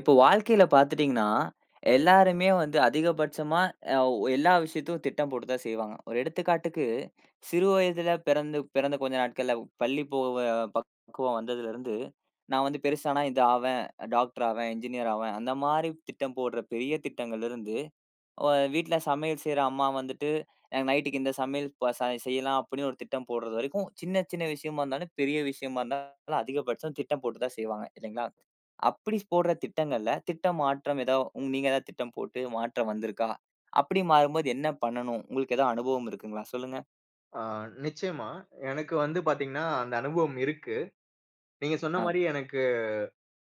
இப்போ வாழ்க்கையில பார்த்துட்டீங்கன்னா, எல்லாருமே வந்து அதிகபட்சமா அ எல்லா விஷயத்தையும் திட்டம் போட்டு தான் செய்வாங்க. ஒரு எடுத்துக்காட்டுக்கு, சிறு வயதில பிறந்து பிறந்த கொஞ்ச நாட்கள்ல பள்ளி போவ பக்குவம் வந்ததுலருந்து, நான் வந்து பெருசானா இது ஆவேன், டாக்டர் ஆவேன், என்ஜினியர் ஆவேன், அந்த மாரி திட்டம் போடுற பெரிய திட்டங்கள்லருந்து, அ வீட்ல சமையல் செய்ற அம்மா வந்துட்டு, எனக்கு நைட்டுக்கு இந்த சமையல் ப ச செய்யலாம் அப்படின்னு ஒரு திட்டம் போடுறது வரைக்கும், சின்ன சின்ன விஷயமா இருந்தாலும், பெரிய விஷயமா இருந்தாலும் அதிகபட்சம் திட்டம் போட்டு தான் செய்வாங்க. இல்லைங்களா? அப்படி போடுற திட்டங்கள்ல, திட்ட மாற்றம் ஏதா நீங்க ஏதாவது திட்டம் போட்டு மாற்றம் வந்திருக்கா? அப்படி மாறும்போது என்ன பண்ணணும்? உங்களுக்கு ஏதாவது அனுபவம் இருக்குங்களா? சொல்லுங்க. ஆ நிச்சயமா. எனக்கு வந்து பாத்தீங்கன்னா, அந்த அனுபவம் இருக்கு. நீங்க சொன்ன ஆ, மாரி எனக்கு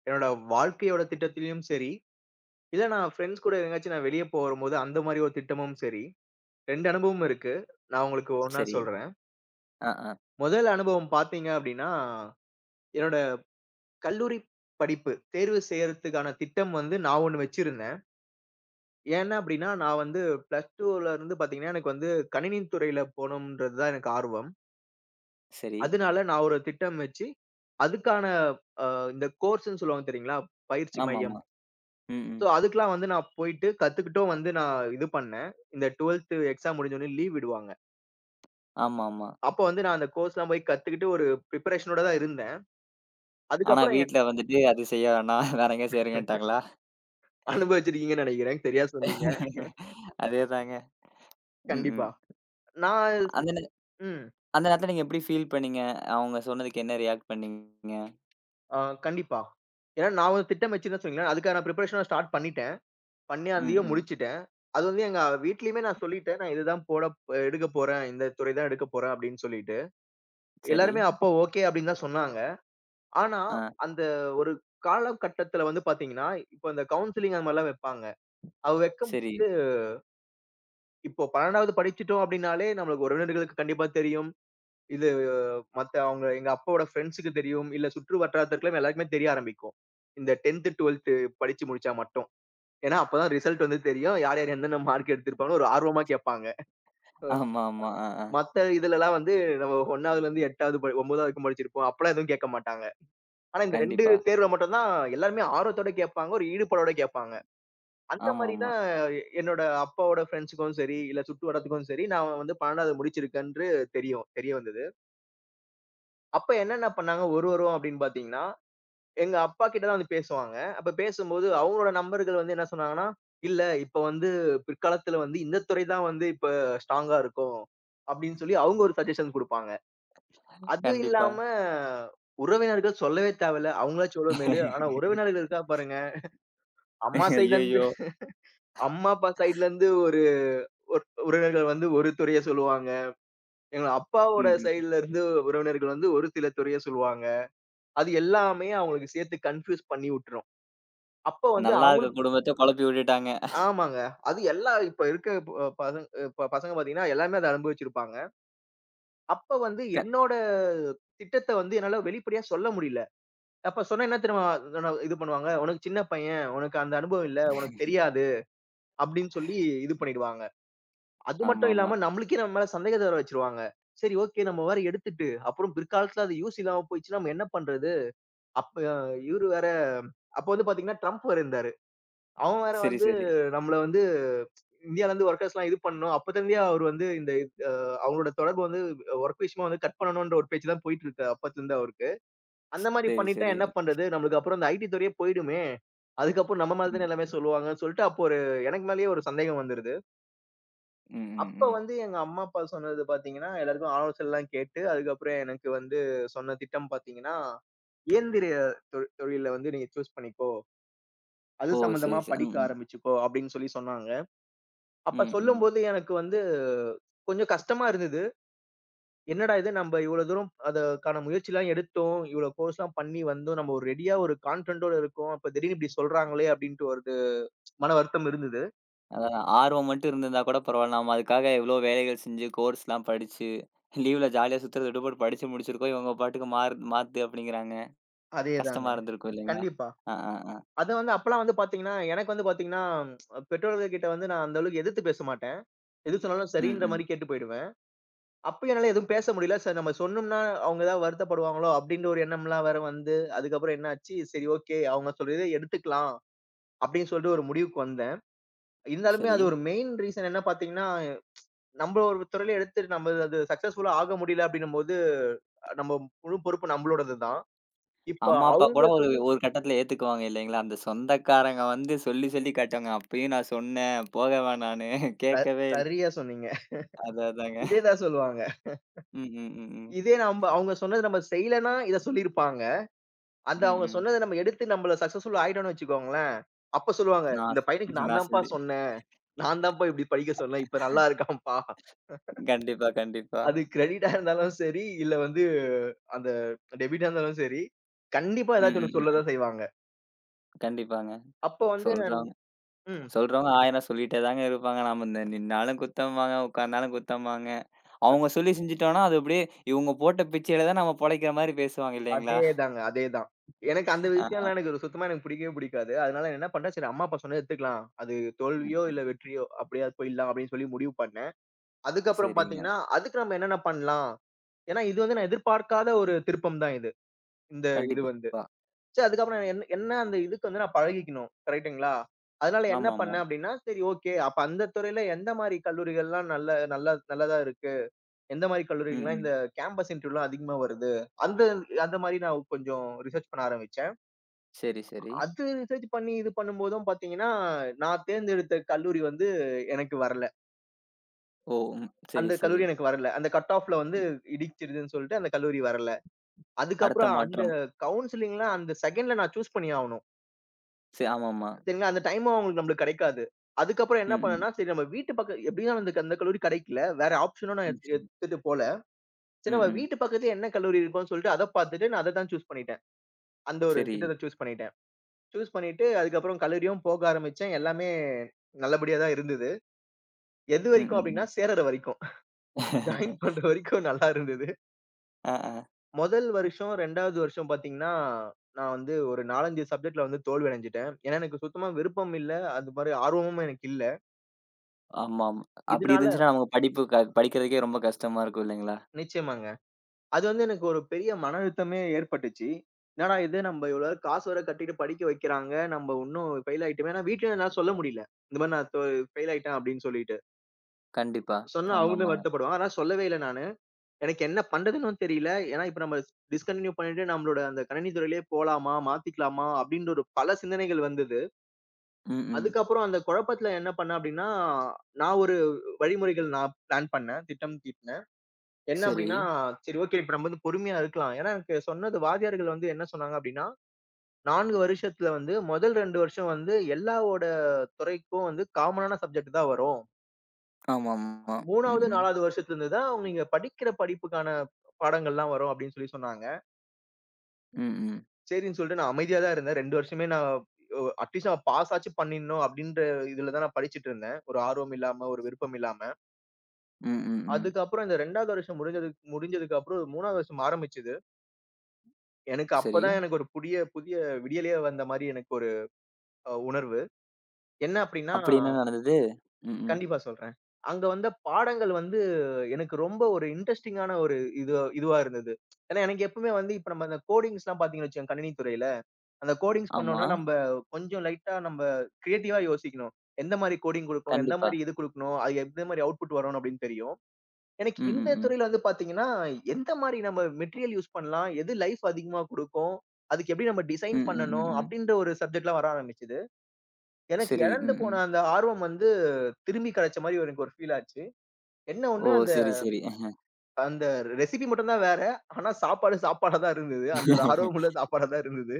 என்னோட வாழ்க்கையோட திட்டத்திலயும் சரி, இல்ல நான் ஃப்ரெண்ட்ஸ் கூட எங்கயாச்சும் நான் வெளிய போகும்போது அந்த மாரி ஒரு திட்டமும் சரி, 2 அனுபவம் இருக்கு. நான் உங்களுக்கு ஒண்ணா சரி. சொல்றேன். ஆ, ஆ. முதல் அனுபவம் பாத்தீங்க அப்டின்னா, என்னோட கல்லூரி படிப்பு தேர்வு செய்யறதுக்கான திட்டம் வந்து நான் ஒண்ணு வச்சிருந்தேன். ஏன் அப்டின்னா, நான் வந்து பிளஸ் 2ல இருந்து பாத்தீங்கன்னா, எனக்கு வந்து கணினி துறையில போணும்ன்றது தான் எனக்கு ஆர்வம். சரி. அதனால நான் ஒரு திட்டம் வச்சு, அதுக்கான அ இந்த கோர்ஸ்ன்னு சொல்லுவாங்க தெரியுங்களா? பயிற்சி மையம். ஆமாமா. ம், ம். ஸோ அதுக்கெல்லாம் வந்து நான் போயிட்டு கத்துக்கிட்டும் வந்து நான் இது பண்ணேன். இந்த 12த் எக்ஸாம் முடிஞ்ச உடனே லீவ் விடுவாங்க. ஆமாமா. அப்போ வந்து நான் அந்த கோர்ஸ்லாம் போய் கத்துக்கிட்டு ஒரு பிரிப்பரேஷனோட தான் இருந்தேன். ஆனா அதுக்கப்புறம் வீட்ல வந்துட்டு அது செய்ய வேணாம். வேற எங்கேயா சேருங்கன்ட்டாங்களா? அனுபவிச்சிருக்கீங்கன்னு நெனைக்கிறேன். சரியா சொன்னீங்க. அதேதாங்க. ம், கண்டிப்பா. ம். நான் அந்த நே ம். அந்த நேரத்துல நீங்க எப்படி ஃபீல் பண்ணீங்க? அவங்க சொன்னதுக்கு என்ன ரியாக்ட் பண்ணீங்க? அ கண்டிப்பா. ஏன்னா நான் ஒரு திட்டம் வச்சிருந்தேன்னு சொன்னீங்களா? அதுக்கான பிரிப்பரேஷன ஸ்டார்ட் பண்ணிட்டேன். பண்ணி ம், அதையும் ம். முடிச்சுட்டேன். அது வந்து எங்க வீட்லயுமே நான் சொல்லிட்டேன். நான் இதுதான் போட எடுக்கப் போறேன். இந்த துறை தான் எடுக்கப் போறேன் அப்படின்னு சொல்லிட்டு. சரி. எல்லாருமே அப்ப ஓகே அப்படின்னு தான் சொன்னாங்க. ஆனா, ஆ, அந்த ஒரு காலகட்டத்துல வந்து பாத்தீங்கன்னா, இப்ப இந்த கவுன்சிலிங் அந்த மாரிலாம் வைப்பாங்க. அவ சரி. வைக்கும்போது இப்போ 12வது படிச்சுட்டோம் அப்படின்னாலே நம்மளுக்கு உறவினர்களுக்கு கண்டிப்பா தெரியும். இது மத்த அவங்க எங்க அப்பாவோட ஃபிரெண்ட்ஸ்க்கு தெரியும். இல்ல சுற்று வட்டாரத்திற்குலாம் எல்லாருக்குமே தெரிய ஆரம்பிக்கும். இந்த 10த் 12த் படிச்சு முடிச்சா மட்டும். ஏன்னா, அப்பதான் ரிசல்ட் வந்து தெரியும். யார் யார் என்னென்ன மார்க் எடுத்திருப்பாங்கன்னு ஒரு ஆர்வமா கேட்பாங்க. அ ஆமாமா. ஆ, ஆ. மத்த இதுலலாம் வந்து நம்ம 1வதுலருந்து 8வது படி 9வது வரைக்கும் படிச்சிருப்போம். அப்பலாம் எதுவும் கேட்க மாட்டாங்க. ஆனா இந்த 2 கண்டிப்பா. தேர்வுல மட்டும் தான் எல்லாருமே ஆர்வத்தோட கேட்பாங்க. ஒரு ஈடுபாடோட கேட்பாங்க. அந்த மாரி ஆமாமா. தான் என்னோட அப்பாவோட ஃப்ரெண்ட்ஸுக்கும் சரி, இல்ல சுட்டு வட்டாரத்துக்கும் சரி, நான் வந்து 12வது முடிச்சிருக்கேன்று தெரியும். தெரிய வந்தது. அப்ப என்னென்ன பண்ணாங்க ஒரு வாரம் அப்படின்னு பார்த்தீங்கன்னா, எங்க அப்பா கிட்ட தான் வந்து பேசுவாங்க. அப்ப பேசும்போது அவங்களோட நண்பர்கள் வந்து என்ன சொன்னாங்கன்னா, "இல்ல இப்ப வந்து பிற்காலத்துல வந்து இந்த துறை தான் வந்து இப்ப ஸ்ட்ராங்கா இருக்கும்." அப்படின்னு சொல்லி அவங்க ஒரு சஜஷன் குடுப்பாங்க. அது கண்டிப்பா. இல்லாம, உறவினர்கள் சொல்லவே தேவையில்ல. அவங்களாச்சும் எவ்வளோ மேலு. ஆனா உறவினர்கள் இருக்கா பாருங்க. அம்மா சைட்லருந்து ஐயய்யோ! அம்மா, அப்பா சைட்லருந்து ஒரு ஒரு உறவினர்கள் வந்து ஒரு துறைய சொல்லுவாங்க. எங்க அப்பாவோட ம், ம். சைட்லருந்து உறவினர்கள் வந்து ஒரு சில துறைய சொல்லுவாங்க. அது எல்லாமே அவங்களுக்கு சேர்த்து கன்ஃப்யூஸ் பண்ணி விட்டுரும். அப்ப வந்து நல்லா இருக்க அவங்களுக்கு குடும்பத்த குழப்பி விட்டுட்டாங்க. ஆமாங்க. அது எல்லா இப்ப இருக்க இப்ப பசங்க பார்த்தீங்கன்னா, எல்லாமே அத அனுபவிச்சிருப்பாங்க. அப்ப வந்து க என்னோட திட்டத்த வந்து என்னால வெளிப்படையா சொல்ல முடியல. அப்ப சொன்னா என்ன தெரியுமா நான் இது பண்ணுவாங்க, "உனக்கு சின்ன பையன், உனக்கு அந்த அனுபவம் இல்ல, உனக்கு தெரியாது" அப்படின்னு சொல்லி இது பண்ணிடுவாங்க. அது மட்டும் ஆமாமா. இல்லாம நம்மளுக்கே நம்ம மேல சந்தேகத்த வர வச்சுருவாங்க. சரி ஓகே நம்ம வேற எடுத்துட்டு, அப்புறம் பிற்காலத்துல அது யூஸ் இல்லாம போயிடுச்சுன்னா நம்ம என்ன பண்றது? அப்ப இவரு வேற அப்ப வந்து பாத்தீங்கன்னா ட்ரம்ப் வேற இருந்தாரு. அவன் வேற சரி, வந்து சரி. நம்மள வந்து இந்தியாலருந்து வொர்க்கர்ஸ்லாம் இது பண்ணணும். அப்பத்துலருந்தே அவர் வந்து இந்த அ அவங்களோட தொடர்பு வந்து வொர்க் விஷயமா வந்து கட் பண்ணணும்ன்ற ஒரு பேச்சு தான் போயிட்டு இருக்கு. அப்பத்துலருந்து அவருக்கு. அந்த மாரி சரி, பண்ணிட்டா சரி. என்ன பண்றது? நம்மளுக்கு அப்புறம் இந்த ஐடி துறையே போயிடுமே! அதுக்கப்புறம் நம்ம மேல ம், தானே எல்லாமே சொல்லுவாங்கன்னு சொல்லிட்டு, அப்போ ஒரு எனக்கு மேலயே ஒரு சந்தேகம் வந்துருது. ம், ம், அப்ப ம். வந்து எங்க அம்மா, அப்பா சொன்னது பார்த்தீங்கன்னா, எல்லாருக்கும் ஆலோசனைலாம் கேட்டு, அதுக்கப்புறம் எனக்கு வந்து சொன்ன திட்டம் பார்த்தீங்கன்னா, இயந்திர தொழில வந்து நீ சூஸ் பண்ணிக்கோ. அது ஓ! சம்மந்தமா சரி, சரி. படிக்க ம், ம். ஆரம்பிச்சுக்கோ! அப்படின்னு சொல்லி சொன்னாங்க. அப்ப ம், ம். சொல்லும்போது எனக்கு வந்து கொஞ்சம் கஷ்டமா இருந்தது. என்னடா இது நம்ம இவ்வளோ தூரம் அதற்கான முயற்சிலாம் எடுத்தோம். இவ்வளோ கோர்ஸ்லாம் பண்ணி வந்தோம். நம்ம ஒரு ரெடியா ஒரு கான்ஃபிடென்ட்டோட இருக்கோம். அப்ப திடீர்னு இப்படி சொல்றாங்களே அப்படின்ட்டு ஒரு மன வருத்தம் இருந்தது. அதான் ஆர்வம் மட்டும் இருந்திருந்தா கூட பரவால்ல. நம்ம அதுக்காக எவ்ளோ வேலைகள் செஞ்சு, கோர்ஸ்லாம் படிச்சு, லீவ்ல ஜாலியா சுத்துறத விட்டு போட்டு படிச்சு முடிச்சிருக்கோம். இவங்க பாட்டுக்கு மாறு மாத்து அப்படிங்கிறாங்க. அதேதாங்க. கஷ்டமா இருந்திருக்கும் இல்லைங்களா? கண்டிப்பா. அ, அ, அ. அத வந்து அப்பலாம் வந்து பார்த்தீங்கன்னா, எனக்கு வந்து பார்த்தீங்கன்னா, பெற்றோர்கள் கிட்ட வந்து நான் அந்த அளவுக்கு எதிர்த்து பேச மாட்டேன். எது சொன்னாலும் ம், சரின்ற மாரி ம். கேட்டு போயிடுவேன். அப்பயும் என்னால எதுவும் பேச முடியல. சரி நம்ம சொன்னோம்னா அவங்க ஏதாவது வருத்தப்படுவாங்களோ அப்படின்ற ஒரு எண்ணம்லாம் வேற வந்து, அதுக்கப்புறம் என்ன ஆச்சு, சரி ஓகே அவங்க சொல்றத எடுத்துக்கலாம் அப்படின்னு சொல்லிட்டு ஒரு முடிவுக்கு வந்தேன். இருந்தாலுமே சரி. அது ஒரு மெயின் ரீசன் என்ன பார்த்தீங்கன்னா நம்ப ஒரு துறையில எடுத்துட்டு நம்ம அது சக்சஸ்ஃபுல்லா ஆக முடியல அப்படின்னும்போது, நம்ம முழு பொறுப்பு நம்மளோடது தான். இப்ப அம்மா, அப்பா அவங்க கூட ஒரு சொல்லி ஒரு கட்டத்தில ஏத்துக்குவாங்க இல்லைங்களா? அந்த சொந்தக்காரங்க வந்து சொல்லி சொல்லி காட்டுவாங்க. அப்பயும் நான் சொன்னேன். போக வேணான்னு. ச கேட்கவே இல்ல. சரியா சொன்னீங்க. அது அதாங்க. இதே தான் சொல்லுவாங்க. ம், ம், ம், ம். இதே நம்ப அவங்க சொன்னது நம்ம செய்யலன்னா, இத சொல்லியிருப்பாங்க. அந்த ம், அவங்க ம். சொன்னத நம்ம எடுத்து நம்மள சக்சஸ்ஃபுல் ஆயிட்டோம்னு வச்சுக்கோங்களேன், அப்ப சொல்லுவாங்க, "இந்த நான் பையனுக்கு நான் நான் தான்ப்பா சொல்லி சொன்னேன். நான் தான்ப்பா இப்படி படிக்க சொன்னேன். இப்ப நல்லா இருக்கான்ப்பா." கண்டிப்பா, கண்டிப்பா. அது கிரெடிட்டா இருந்தாலும் சரி, இல்ல வந்து அந்த டெபிட்டா இருந்தாலும் சரி, கண்டிப்பா ம், ஏதாச்சும் ஒண்ணு ம், ம். சொல்லதான் செய்வாங்க. கண்டிப்பாங்க. அப்ப வந்து நான் சொல்றவங்க ம். சொல்றவங்க 1000 சொல்லிட்டே தாங்க இருப்பாங்க. நம்ம இந்த நின்னாலும் குத்தம்பாங்க, உட்கார்ந்தாலும் குத்தம்பாங்க. அவங்க சொல்லி செஞ்சுட்டோம்னா, அது அப்படியே இவங்க போட்ட பிச்சையில தான் நம்ம பொழைக்கிற மாரி பேசுவாங்க இல்லைங்களா? அதேதாங்க, அதேதான். எனக்கு அந்த ஆ, விஷயம்லாம் எனக்கு ஒரு சுத்தமா எனக்கு பிடிக்கவே பிடிக்காது. அதனால நான் என்ன பண்ட்டேன், சரி அம்மா, அப்பா சொன்னத எடுத்துக்கலாம். அது தோல்வியோ, ம். இல்ல வெற்றியோ அப்படியாவது போயிடலாம் அப்படின்னு சொல்லி முடிவு பண்ணேன். அதுக்கப்புறம் சரிங்க. பார்த்தீங்கன்னா, அதுக்கு நம்ம என்னென்ன பண்ணலாம்? ஏன்னா இது வந்து நான் எதிர்பார்க்காத ஒரு திருப்பம் தான் இது. இந்த இது வந்து. கண்டிப்பா. சரி அதுக்கப்புறம் நான் என்ன என்ன அந்த இதுக்கு வந்து நான் பழகிக்கணும். கரெக்ட்டுங்களா? அதனால என்ன ஆமாமா. பண்ணேன் அப்படின்னா, சரி ஓகே. அப்ப அந்த துறையில எந்த மாரி கல்லூரிகள்லாம் நல்ல நல்ல நல்லதா இருக்கு? எந்த மாரி ம், கல்லூரிகள்லாம் ம். இந்த கேம்பஸ் இன்டர்வியூலாம் அதிகமா வருது? அந்த அந்த மாரி நான் கொஞ்சம் ரிசர்ச் பண்ண ஆரம்பிச்சேன். சரி, சரி. அது ரிசர்ச் பண்ணி இது பண்ணும்போதும் பார்த்தீங்கன்னா, நான் தேர்ந்தெடுத்த கல்லூரி வந்து எனக்கு வரல. ஓ! ம். சரி, அந்த சரி. கல்லூரி எனக்கு வரல. அந்த கட் ஆஃப்ல வந்து ம். இடிச்சிருதுன்னு சொல்லிட்டு அந்த கல்லூரி வரல. அடுத்த அதுக்கப்புறம் அந்த மாற்றம். கவுன்சிலிங்லாம் அந்த செகண்ட்ல நான் சூஸ் பண்ணி ஆவணும். சே ஆமாமா. சரிங்களா, அந்த டைமும் அவங்களுக்கு நம்மளுக்கு கிடைக்காது. அதுக்கப்புறம் ம், என்ன ம். பண்ணேன்னா, சரி நம்ம வீட்டு பக்கம் எப்படியும் அந்த அந்த கல்லூரி கிடைக்கல. வேற ஆப்ஷனும் நான் ம், சரி. எடுத்துட்டு போல. சரி ம், நம்ம ம். வீட்டு பக்கத்துல என்ன கல்லூரி இருக்கும்னு சொல்லிட்டு அத பார்த்துட்டு நான் அத தான் சூஸ் பண்ணிட்டேன். அந்த ஒரு சரி. திட்டத்த சூஸ் பண்ணிட்டேன். சூஸ் பண்ணிட்டு அதுக்கப்புறம் கல்லூரியும் போக ஆரம்பிச்சேன். எல்லாமே நல்லபடியா தான் இருந்தது. எது ம், ம், வரைக்கும் அப்டின்னா, ம். சேருற வரைக்கும். ஜாயின் பண்ற வரைக்கும் நல்லா இருந்தது. ஆ, ஆ. முதல் வருஷம், 2வது வருஷம் பார்த்தீங்கன்னா, நான் வந்து ஒரு 4, 5 சப்ஜெக்ட்ல வந்து தோல்வி அடைஞ்சுட்டேன். ஏன்னா, எனக்கு சுத்தமா விருப்பம் இல்ல. அது மாரி ஆர்வமும் எனக்கு இல்ல. ஆமாமா. அப்படி இதனால இருந்துச்சுன்னா நமக்கு படிப்பு க படிக்கிறதுக்கே ரொம்ப கஷ்டமா இருக்கும் இல்லைங்களா? நிச்சயமாங்க. அது வந்து எனக்கு ஒரு பெரிய மன அழுத்தமே ஏற்பட்டுச்சு. என்னடா இது நம்ம இவ்வளோ காசு வேற கட்டிட்டு படிக்க வைக்கிறாங்க. நம்ம இன்னும் ஃபெயில் ஆயிட்டோமே! ஆனா வீட்லயும் என்னால சொல்ல முடியல. இந்த மாரி நான் ஃபெயில் ஆயிட்டேன் அப்டின்னு சொல்லிட்டு. கண்டிப்பா. சொன்னா அவங்களுமே ஆமாமாங்க. வருத்தப்படுவாங்க. ஆனா சொல்லவே இல்ல நானு. எனக்கு என்ன பண்றதுன்னும் தெரியல. ஏன்னா, இப்ப நம்ம டிஸ்கன்டின்யூ பண்ணிட்டு நம்மளோட அந்த கணினி துறையிலேயே போலாமா? மாத்திக்கலாமா? அப்டின்ற ஒரு பல சிந்தனைகள் வந்தது. ம், ம். அதுக்கப்புறம் அந்த குழப்பத்துல என்ன பண்ணேன் அப்டின்னா, நான் ஒரு வழிமுறைகள் நான் பிளான் பண்ணேன். திட்டம் தீட்டுனேன். என்ன சரி. அப்டின்னா, சரி ஓகே இப்ப நம்ம வந்து பொறுமையா இருக்கலாம். ஏன்னா, எனக்கு சொன்னது வாத்தியார்கள் வந்து என்ன சொன்னாங்க அப்டின்னா, 4 வருஷத்துல வந்து முதல் 2 வருஷம் வந்து எல்லாவோட துறைக்கும் வந்து காமனான சப்ஜெக்ட் தான் வரும். ஆமாமா. ம், 3வது, ம். 4வது வருஷத்துலருந்து தான் நீங்க படிக்கிற படிப்புக்கான பாடங்கள்லாம் வரும் அப்டின்னு சொல்லி சொன்னாங்க. ம். ம். சரின்னு சொல்லிட்டு நான் அமைதியா தான் இருந்தேன். 2 வருஷமே நான் அட்லீஸ்ட் நான் பாஸ் ஆச்சு பண்ணிடணும் அப்படின்ற இதுல தான் நான் படிச்சுட்டு இருந்தேன். ஒரு ஆர்வம் இல்லாம, ஒரு விருப்பம் இல்லாம. ம், ம், ம். அதுக்கப்புறம் இந்த 2வது வருஷம் முடிஞ்சது முடிஞ்சதுக்கு அப்புறம் 3வது வருஷம் ஆரம்பிச்சது. எனக்கு சரி. அப்பதான் எனக்கு ஒரு புதிய புதிய விடியலே வந்த மாரி எனக்கு ஒரு உணர்வு. என்ன அப்படின்னா அப்படி என்ன நடந்தது? ம், ம். கண்டிப்பா சொல்றேன். அங்க வந்த பாடங்கள் வந்து எனக்கு ரொம்ப ஒரு இன்ட்ரஸ்டிங்கான ஒரு இது இதுவா இருந்தது. ஏன்னா எனக்கு எப்பவுமே வந்து இப்ப நம்ம இந்த கோடிங்ஸ்லாம் பார்த்தீங்கன்னு வச்சுக்கோங்க கணினி துறையில. அந்த கோடிங்ஸ் ஆமா. பண்ணோம்னா, நம்ப கொஞ்சம் லைட்டா நம்ப கிரியேட்டிவா யோசிக்கணும். எந்த மாரி கோடிங் குடுக்கணும்? எந்த கண்டிப்பா. மாரி இது குடுக்கணும்? அது எந்த மாரி அவுட்புட் வரணும் அப்படின்னு தெரியும். எனக்கு ம், இந்த ம். ம், துறையில வந்து பாத்தீங்கன்னா, எந்த மாரி நம்ம மெட்டீரியல் யூஸ் பண்ணலாம்? எது லைஃப் அதிகமா குடுக்கும்? அதுக்கு எப்படி நம்ம ம், டிசைன் ம், பண்ணணும்? ம், ம். அப்படின்ற ஒரு சப்ஜெக்ட்லாம் வர ஆரம்பிச்சது. எனக்கு சரி. இழந்து ம், ம். போன அந்த ஆர்வம் வந்து திரும்பி கிடைச்ச மாரி எனக்கு ஒரு ஃபீல் ஆச்சு. என்ன ஒண்ணு ஓ! அந்த சரி, சரி. அந்த ரெசிபி மட்டும் தான் வேற. ஆனா சாப்பாடு சாப்பாடா தான் இருந்தது. அந்த ஒரு ஆர்வமுள்ள சாப்பாடா தான் இருந்தது.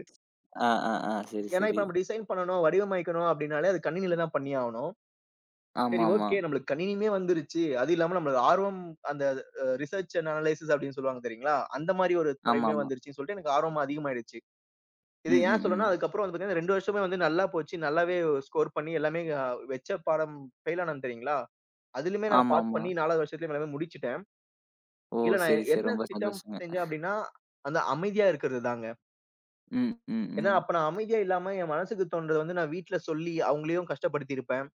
ஆ, ஆ, ஆ. சரி, ஏன்னா, இப்ப சரி. நம்ம டிசைன் பண்ணணும், வடிவமைக்கணும் அப்படின்னாலே, அது கணினியில தான் பண்ணியாகணும். சரி ஆமாமா. ஓகே நம்மளுக்கு கணினியுமே வந்துருச்சு. அது இல்லாம நம்மளுக்கு ஆர்வம் அந்த ரிசர்ச் அண்ட் அனலைசிஸ் அப்படின்னு சொல்லுவாங்க தெரியுங்களா? அந்த மாரி ஒரு துறையுமே ஆமாமா. வந்துருச்சுன்னு சொல்லிட்டு எனக்கு ஆர்வம் அதிகமாயிடுச்சு. இது ம், ஏன் ம், சொல்றேன்னா, ம். அதுக்கப்புறம் வந்து பார்த்தீங்கன்னா, 2 வருஷமே வந்து நல்லா போச்சு. நல்லாவே ஸ்கோர் பண்ணி எல்லாமே வச்ச பாடம் ஃபெயில் ஆனேன் தெரியுங்களா? அதிலுமே நான் பாஸ் ஆமாமா. பண்ணி 4வது வருஷத்துலயும் எல்லாமே முடிச்சுட்டேன். ஓ! இதுல சரி, நான் சரி. என்ன ரொம்ப திட்டம் சந்தோஷங்க. செஞ்சேன் அப்படின்னா, அந்த அமைதியா இருக்கிறது தாங்க. ம். ம். ஏன்னா, ம். அப்ப நான் அமைதியா இல்லாம என் மனசுக்கு தோன்றத வந்து நான் வீட்ல சொல்லி அவங்களையும் கஷ்டப்படுத்தியிருப்பேன்.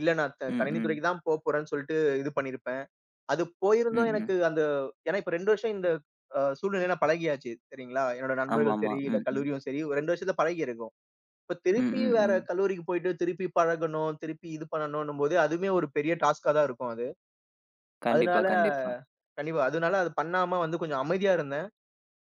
இல்ல நான் ம், கணினி ம். துறைக்கு தான் போப்போறேன்னு சொல்லிட்டு இது பண்ணியிருப்பேன். அது ம், போயிருந்தும் எனக்கு ம். அந்த ஏன்னா இப்ப 2 வருஷம் இந்த சூழ்நிலையில நான் பழகியாச்சு சரிங்களா? என்னோட நண்பர்களும் ஆமாமா. சரி, இல்ல ம். ம். கல்லூரியும் சரி, ஒரு 2 வருஷத்துல பழகியிருக்கும். இப்ப ம், திருப்பி ம், வேற ம். கல்லூரிக்கு போயிட்டு திருப்பி பழகணும், திருப்பி இது பண்ணணும்ன்னும்போது அதுவுமே ஒரு பெரிய டாஸ்க்கா தான் இருக்கும் அது. கண்டிப்பா, அதனால கண்டிப்பா. கண்டிப்பா. அதனால அது பண்ணாம வந்து கொஞ்சம் அமைதியா இருந்தேன்.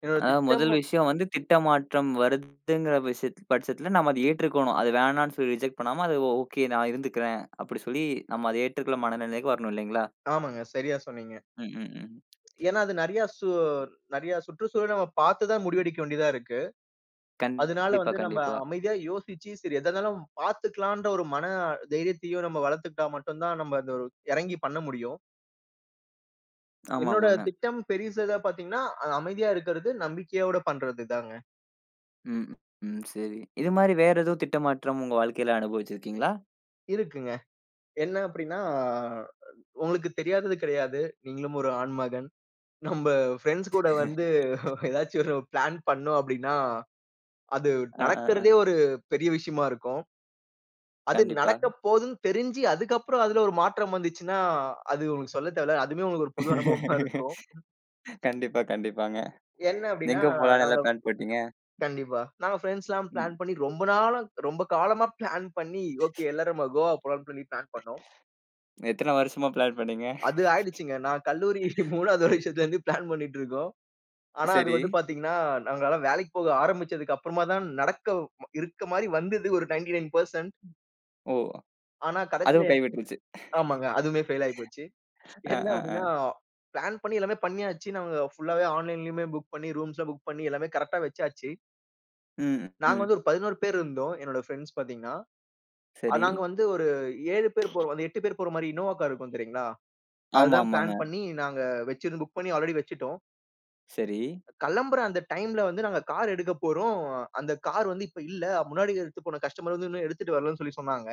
என்னோட அதாவது திட்டம் முதல் விஷயம் வந்து திட்டமாற்றம் வருதுங்கிற விஷயத் பட்சத்தில நம்ம அத ஏற்றுக்கணும். அது வேணான்னு சொல்லி ரிஜெக்ட் பண்ணாம, அது ஓகே நான் இருந்துக்கிறேன். அப்படி சொல்லி நம்ம அத ஏற்றுக்கொள்ள மனநிலைக்கு வரணும் இல்லைங்களா? ஆமாங்க. சரியா சொன்னீங்க. ம், ம், ம். ஏன்னா அது நெறையா நெறையா சுற்றுச்சூழல் நம்ம பார்த்து தான் முடிவெடுக்க வேண்டியதா இருக்கு. அதனால கண்டிப்பா, வந்து நம்ம கண்டிப்பா. அமைதியா யோசிச்சு, சரி எதா இருந்தாலும் பார்த்துக்கலான்ற ஒரு மன தைரியத்தையும் நம்ம வளர்த்துக்கிட்டா மட்டும் தான் நம்ம அந்த ஒரு இறங்கி பண்ண முடியும். என்னோட ஆமாமாங்க. திட்டம் பெரிசு எதா பார்த்தீங்கன்னா, அமைதியா இருக்கிறது, நம்பிக்கையோட பண்றது தாங்க. ம், ம். சரி. இது மாரி வேற ஏதோ திட்டமாற்றம் உங்க வாழ்க்கையில அனுபவிச்சிருக்கீங்களா? இருக்குங்க. என்ன அப்படின்னா, உங்களுக்கு தெரியாதது கிடையாது. நீங்களும் ஒரு ஆண்மகன். நம்ப ஃப்ரெண்ட்ஸ் கூட வந்து ஏதாச்சும் ஒரு பிளான் பண்ணோம் அப்படின்னா, அது அ, அ, அ. நடக்கிறதே ஒரு பெரிய விஷயமா இருக்கும். அது கண்டிப்பா. நடக்கப் போகுதுன்னு தெரிஞ்சு, அதுக்கப்புறம் அதுல ஒரு மாற்றம் வந்துச்சுன்னா, அது உங்களுக்கு சொல்ல தேவையில்ல. அதுவுமே உங்களுக்கு ஒரு புது அனுபவமா இருக்கும். கண்டிப்பா, கண்டிப்பாங்க. என்ன அப்டின்னா, எங்க போலான்னு நாங்க எல்லாம் பிளான் போட்டீங்க? கண்டிப்பா. நாங்க ஃப்ரெண்ட்ஸ்லாம் ம். பிளான் பண்ணி ரொம்ப நாளா ரொம்ப காலமா பிளான் பண்ணி, ஓகே எல்லாரும் நம்ம கோவா போலாம்னு சொல்லி பிளான் பண்ணோம். எத்தன வருஷமா பிளான் பண்ணீங்க? அது ஆயிடுச்சுங்க. நான் கல்லூரி 3வது வருஷத்துலருந்து பிளான் பண்ணிட்டுருக்கோம். ஆனா அது சரி. வந்து பாத்தீங்கன்னா, நாங்கலாம் வேலைக்கு போக ஆரம்பிச்சதுக்கு அப்புறமா தான் நடக்க இருக்க மாரி வந்தது ஒரு 99% ஓ! ஆனா கடைசில அதுவும் கைவிட்டுருச்சு. ஆமாங்க. அதுவுமே ஃபெயில் ஆயி போச்சு. அ, என்ன அ, அப்டின்னா, அ. பிளான் பண்ணி எல்லாமே பண்ணியாச்சு. நாங்க ஃபுல்லாவே ஆன்லைன்லயுமே புக் பண்ணி, ரூம்ஸ்லாம் புக் பண்ணி எல்லாமே கரெக்ட்டா வச்சாச்சு. ம், நாங்க ம். வந்து ஒரு 11 பேர் இருந்தோம். என்னோட ஃப்ரெண்ட்ஸ் பாத்தீங்கன்னா. சரி. நாங்க வந்து ஒரு 7 பேர் போறோம். அந்த 8 பேர் போற மாரி இனோவா கார் இருக்கும் தெரியுங்களா? ஆமா, அதுதான் ஆமாங்க. பிளான் பண்ணி நாங்க வச்சிருந்து புக் பண்ணி ஆல்ரெடி வச்சுட்டோம். சரி. கெளம்புற அந்த டைம்ல வந்து நாங்க கார் எடுக்க போறோம். அந்த கார் வந்து இப்ப இல்ல. முன்னாடி எடுத்துட்டு போன கஸ்டமர் வந்து இன்னும் எடுத்துட்டு வரலன்னு சொல்லி சொன்னாங்க.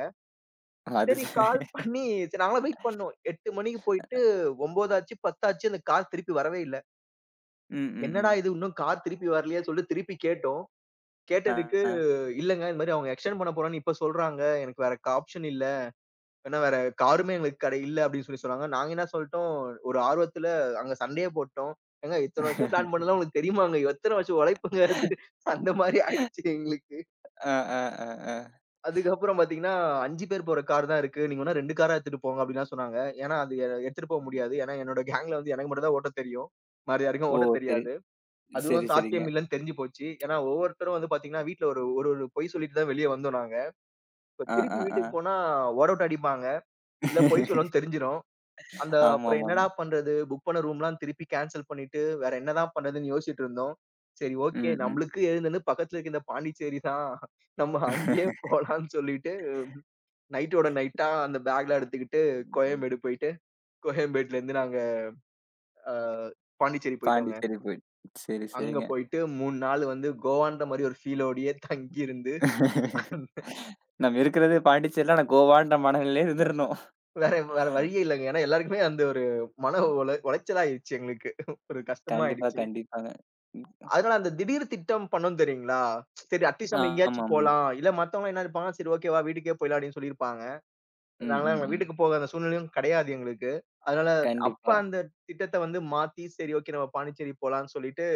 அது சரி ச கால் பண்ணி சரி நாங்கலாம் வெயிட் பண்ணோம். 8 மணிக்கு போயிட்டு 9 ஆச்சு, 10 ஆச்சு அந்த கார் திருப்பி வரவே இல்ல. ம், ம், என்னடா ம். இது இன்னும் கார் திருப்பி வரலையே சொல்லிட்டு திருப்பி கேட்டோம். அ, கேட்டதுக்கு, அ. "இல்லங்க இந்த மாரி அவங்க எக்ஸ்டெண்ட் பண்ண போறோம்ன்னு இப்ப சொல்றாங்க. எனக்கு வேற ஆப்ஷன் இல்ல. ஏன்னா வேற காருமே எங்களுக்கு கடை இல்ல" அப்படின்னு சொல்லி சொன்னாங்க. நாங்க என்ன சொல்லிட்டோம், ஒரு ஆர்வத்துல அங்க சண்டையே போட்டோம். "ஏங்க இத்தன வருஷம் பிளான் பண்ணதுலாம் உங்களுக்கு தெரியுமாங்க? எத்தன வருஷம் உழைப்புங்க அது?" அந்த மாரி ஆயிடுச்சு எங்களுக்கு. அ, அ, அ, அ. அதுக்கப்புறம் பார்த்தீங்கன்னா, 5 பேர் போற கார் தான் இருக்கு. நீங்க வேணா 2 காரா எடுத்துட்டு போங்க அப்படின்லாம் சொன்னாங்க. ஏன்னா அது எடுத்துட்டு போக முடியாது. ஏன்னா என்னோட கேங்ல வந்து எனக்கு மட்டும் தான் ஓட்ட தெரியும். வேற யாருக்கும் ஓ! ஓட்ட சரி. தெரியாது. அதுவும் சரி, சரிங்க. சாத்தியம் இல்லன்னு தெரிஞ்சு போச்சு. ஏன்னா, ஒவ்வொருத்தரும் வந்து பாத்தீங்கன்னா, வீட்ல ஒரு ஒரு ஒரு பொய் சொல்லிட்டு தான் வெளிய வந்தோம் நாங்க. இப்ப அ, திருப்பி வீட்டுக்கு அ, போனா ஓரவுட்டு அடிப்பாங்க. அ. இல்ல பொய் சொல்லணும்னு தெரிஞ்சிரும். அந்த அப்புறம் ஆமாமாங்க. என்னடா பண்றது? புக் பண்ண ரூம்லாம் திருப்பி கேன்சல் பண்ணிட்டு, வேற என்னதான் பண்றதுன்னு யோசிச்சுட்டு இருந்தோம். சரி ஓகே. ம், ம். நம்மளுக்கு எழுந்தது பக்கத்துல இருக்க இந்த பாண்டிச்சேரி தான். நம்ம அங்கேயே போலான்னு சொல்லிட்டு, நைட்டோட நைட்டா அந்த பேக்லாம் எடுத்துக்கிட்டு கோயம்பேடு போயிட்டு, கோயம்பேட்லருந்து நாங்க அ பாண்டிச்சேரி போயிட்டோங்க. பாண்டிச்சேரி போயிட்டு சரி, அங்க சரிங்க. போயிட்டு 3 நாள் வந்து கோவான்ற மாரி ஒரு ஃபீலோடயே தங்கி இருந்து நம்ம இருக்கிறது பாண்டிச்சேரில ஆனா கோவான்ற மனநிலையில இருந்திருந்தோம். வேற வேற வழியே இல்லங்க. ஏன்னா எல்லாருக்குமே அந்த ஒரு மன உளைச்சலாயிடுச்சு எங்களுக்கு. ஒரு கஷ்டமா கண்டிப்பா, ஆயிடுச்சு. கண்டிப்பாங்க. ம். அதனால அந்த திடீர் திட்டம் பண்ணோம் தெரியுங்களா? சரி அட்லீஸ்ட் நம்ம எங்கேயாச்சும் ஆமாமாங்க. போலாம். இல்ல மத்தவங்கலாம் என்ன நினைப்பாங்க, சரி ஓகேவா வீட்டுக்கே போயிடலாம் அப்படின்னு சொல்லியிருப்பாங்க. ம், நாங்கலாம் ம், எங்க ம். வீட்டுக்கு போக அந்த சூழ்நிலையும் கிடையாது எங்களுக்கு. அதனால அப்ப கண்டிப்பா. அந்த திட்டத்த வந்து மாத்தி, சரி ஓகே நம்ம பாண்டிச்சேரி போலான்னு சொல்லிட்டு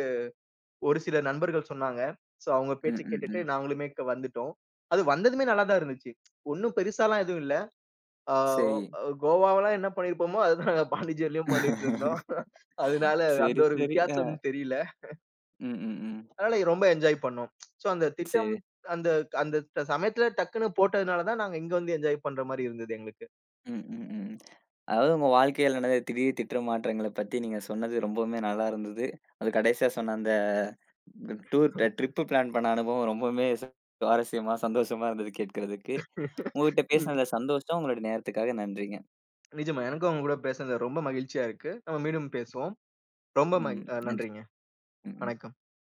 ஒரு சில நண்பர்கள் சொன்னாங்க. சோ அவங்க ம், பேச்ச ம், கேட்டுட்டு ம். நாங்களுமே வந்துட்டோம். அது வந்ததுமே நல்லா தான் இருந்துச்சு. ஒண்ணும் பெருசாலாம் எதுவும் இல்ல. ஆ சரி. கோவாவலாம் என்ன பண்ணியிருப்போமோ, அதுதான் நாங்க பாண்டிச்சேரியிலயும் பண்ணிட்டுருந்தோம். அதனால அந்த சரி, ஒரு சரி. அ. வித்தியாசம் தெரியல. ம், ம், ம். அதனால ரொம்ப என்ஜாய் பண்ணோம். ஸோ அந்த திட்டம் சரி. அந்த அந்த சமயத்துல டக்குன்னு போட்டதுனால தான் நாங்க இங்க வந்து என்ஜாய் பண்ற மாரி இருந்தது எங்களுக்கு. ம், ம், ம். அதாவது உங்க வாழ்க்கையில நடந்த திடீர் திட்ட மாற்றங்கள பத்தி நீங்க சொன்னது ரொம்பவுமே நல்லா இருந்தது. அது கடைசியா சொன்ன அந்த டூர் ட்ரிப் பிளான் பண்ண அனுபவம் ரொம்பவுமே சுவாரஸ்யமா, சந்தோஷமா இருந்தது கேட்கறதுக்கு. உங்ககிட்ட ம். பேசினதுல சந்தோஷம். உங்களுடைய நேரத்துக்காக நன்றிங்க. நிஜமா எனக்கும் உங்க கூட பேசுனது ரொம்ப மகிழ்ச்சியா இருக்கு. நம்ம மீண்டும் பேசுவோம். ரொம்ப மகி ம். அ நன்றி. நன்றிங்க. ம். ம். வணக்கம்.